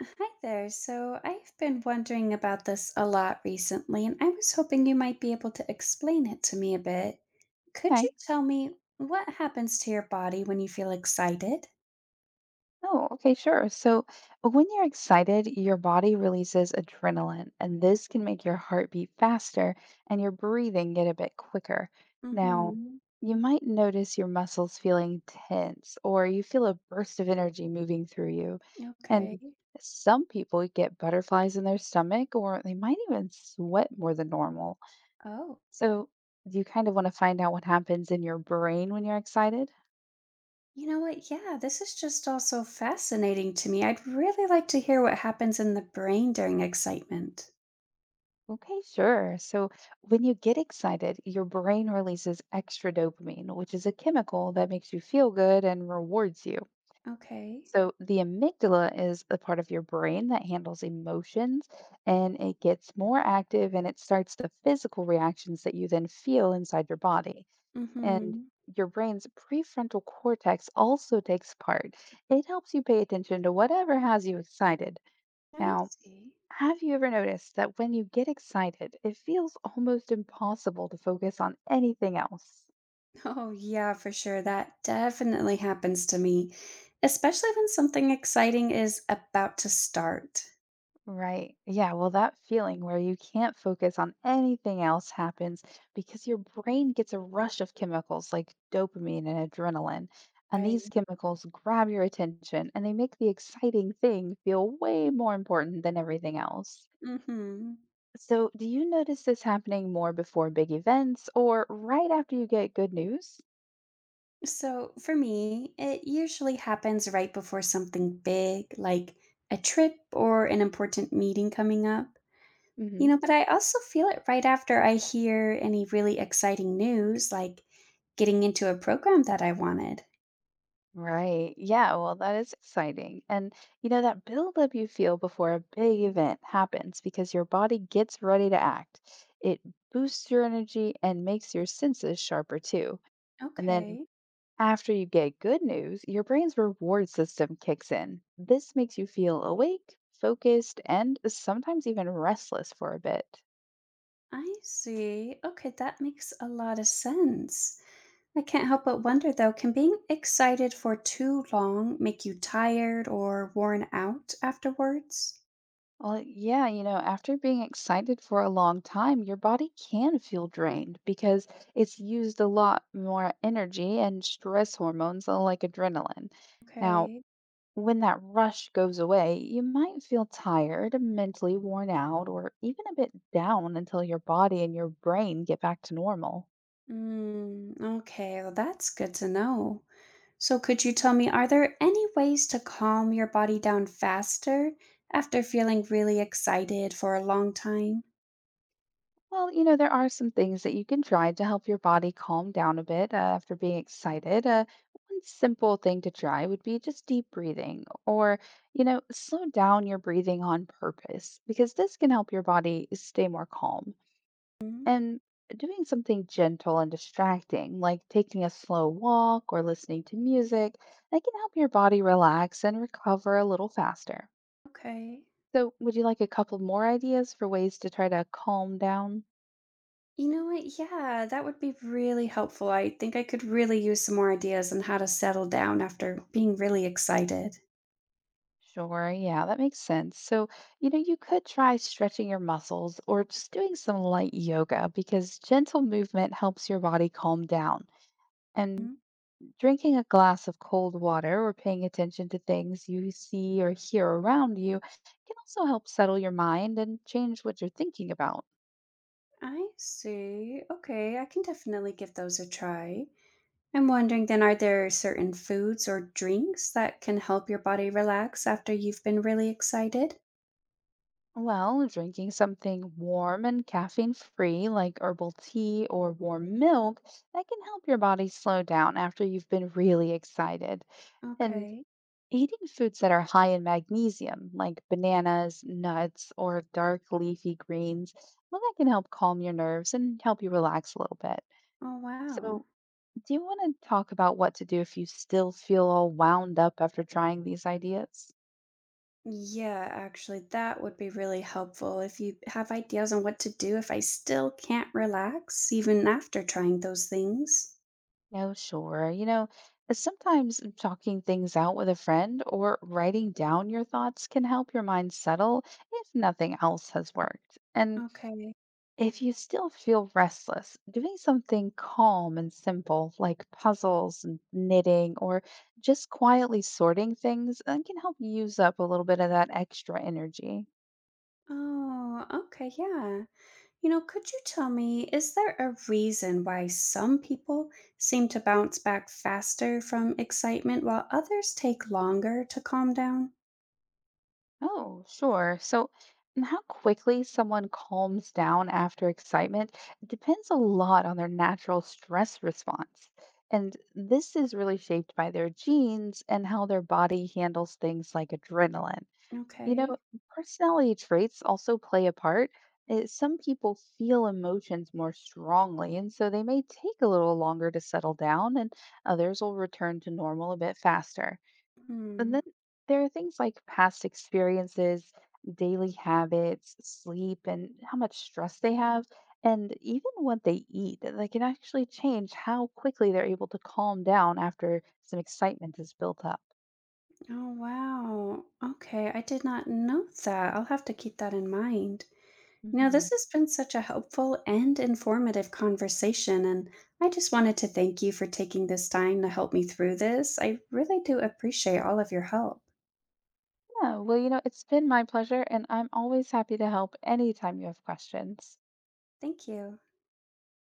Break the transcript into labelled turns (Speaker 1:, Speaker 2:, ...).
Speaker 1: Hi there. So I've been wondering about this a lot recently, and I was hoping you might be able to explain it to me a bit. Could you
Speaker 2: Okay.
Speaker 1: tell me what happens to your body when you feel excited?
Speaker 2: Oh, okay, sure. So when you're excited, your body releases adrenaline, and this can make your heart beat faster and your breathing get a bit quicker. Now,
Speaker 1: Mm-hmm.
Speaker 2: you might notice your muscles feeling tense, or you feel a burst of energy moving through you.
Speaker 1: Okay.
Speaker 2: And some people get butterflies in their stomach, or they might even sweat more than normal.
Speaker 1: Oh,
Speaker 2: So, do you kind of want to find out what happens in your brain when you're excited?
Speaker 1: you know what? Yeah, this is just all so fascinating to me. I'd really like to hear what happens in the brain during excitement.
Speaker 2: Okay, sure. So when you get excited, your brain releases extra dopamine, which is a chemical that makes you feel good and rewards you.
Speaker 1: Okay.
Speaker 2: So the amygdala is the part of your brain that handles emotions, and it gets more active and it starts the physical reactions that you then feel inside your body. And
Speaker 1: Mm-hmm.
Speaker 2: your brain's prefrontal cortex also takes part. It helps you pay attention to whatever has you excited.
Speaker 1: I
Speaker 2: Now,
Speaker 1: see.
Speaker 2: have you ever noticed that when you get excited, it feels almost impossible to focus on anything else?
Speaker 1: Oh, yeah, for sure. That definitely happens to me, especially when something exciting is about to start.
Speaker 2: Right. Yeah. Well, that feeling where you can't focus on anything else happens because your brain gets a rush of chemicals like dopamine and adrenaline. And
Speaker 1: Right.
Speaker 2: these chemicals grab your attention and they make the exciting thing feel way more important than everything else.
Speaker 1: Mm-hmm.
Speaker 2: So, do you notice this happening more before big events or right after you get good news?
Speaker 1: So for me, it usually happens right before something big, like a trip or an important meeting coming up. You know, but I also feel it right after I hear any really exciting news, like getting into a program that I wanted.
Speaker 2: Right. Yeah. Well, that is exciting. And, you know, that buildup you feel before a big event happens because your body gets ready to act. It boosts your energy and makes your senses sharper too. And then
Speaker 1: Okay.
Speaker 2: after you get good news, your brain's reward system kicks in. This makes you feel awake, focused, and sometimes even restless for a bit.
Speaker 1: I see. Okay, that makes a lot of sense. I can't help but wonder though, can being excited for too long make you tired or worn out afterwards?
Speaker 2: Well, yeah, you know, after being excited for a long time, your body can feel drained because it's used a lot more energy and stress hormones like adrenaline. Now,
Speaker 1: Okay.
Speaker 2: when that rush goes away, you might feel tired, mentally worn out, or even a bit down until your body and your brain get back to normal.
Speaker 1: Mm, okay, well, that's good to know. So, could you tell me, are there any ways to calm your body down faster after feeling really excited for a long time?
Speaker 2: Well, you know, there are some things that you can try to help your body calm down a bit after being excited. One simple thing to try would be just deep breathing or, you know, slow down your breathing on purpose because this can help your body stay more calm.
Speaker 1: Hmm.
Speaker 2: And doing something gentle and distracting, like taking a slow walk or listening to music, that can help your body relax and recover a little faster.
Speaker 1: Okay.
Speaker 2: So, would you like a couple more ideas for ways to try to calm down?
Speaker 1: You know what? Yeah, that would be really helpful. I think I could really use some more ideas on how to settle down after being really excited.
Speaker 2: Sure, yeah, that makes sense. So, you know, you could try stretching your muscles or just doing some light yoga because gentle movement helps your body calm down. And
Speaker 1: Mm,
Speaker 2: drinking a glass of cold water or paying attention to things you see or hear around you can also help settle your mind and change what you're thinking about.
Speaker 1: I see. Okay, I can definitely give those a try. I'm wondering then, are there certain foods or drinks that can help your body relax after you've been really excited?
Speaker 2: Well, drinking something warm and caffeine free, like herbal tea or warm milk, that can help your body slow down after you've been really excited. And
Speaker 1: Okay.
Speaker 2: eating foods that are high in magnesium, like bananas, nuts, or dark leafy greens, well, that can help calm your nerves and help you relax a little bit.
Speaker 1: Oh, wow.
Speaker 2: So, do you want to talk about what to do if you still feel all wound up after trying these ideas?
Speaker 1: Yeah, actually, that would be really helpful if you have ideas on what to do if I still can't relax, even after trying those things.
Speaker 2: No, sure. You know, sometimes talking things out with a friend or writing down your thoughts can help your mind settle if nothing else has worked. And
Speaker 1: Okay.
Speaker 2: if you still feel restless, doing something calm and simple like puzzles and knitting or just quietly sorting things, can help use up a little bit of that extra energy.
Speaker 1: Oh, okay. Yeah. You know, could you tell me, is there a reason why some people seem to bounce back faster from excitement while others take longer to calm down?
Speaker 2: Oh, sure. So, and how quickly someone calms down after excitement depends a lot on their natural stress response. And this is really shaped by their genes and how their body handles things like adrenaline. You know,
Speaker 1: Okay.
Speaker 2: personality traits also play a part. Some people feel emotions more strongly, and so they may take a little longer to settle down, and others will return to normal a bit faster. And
Speaker 1: Hmm.
Speaker 2: then there are things like past experiences, daily habits, sleep, and how much stress they have, and even what they eat. They can actually change how quickly they're able to calm down after some excitement is built up.
Speaker 1: Oh, wow. Okay. I did not know that. I'll have to keep that in mind. Now,
Speaker 2: Hmm
Speaker 1: this has been such a helpful and informative conversation, and I just wanted to thank you for taking this time to help me through this. I really do appreciate all of your help.
Speaker 2: Yeah, well, you know, it's been my pleasure, and I'm always happy to help anytime you have questions.
Speaker 1: Thank you.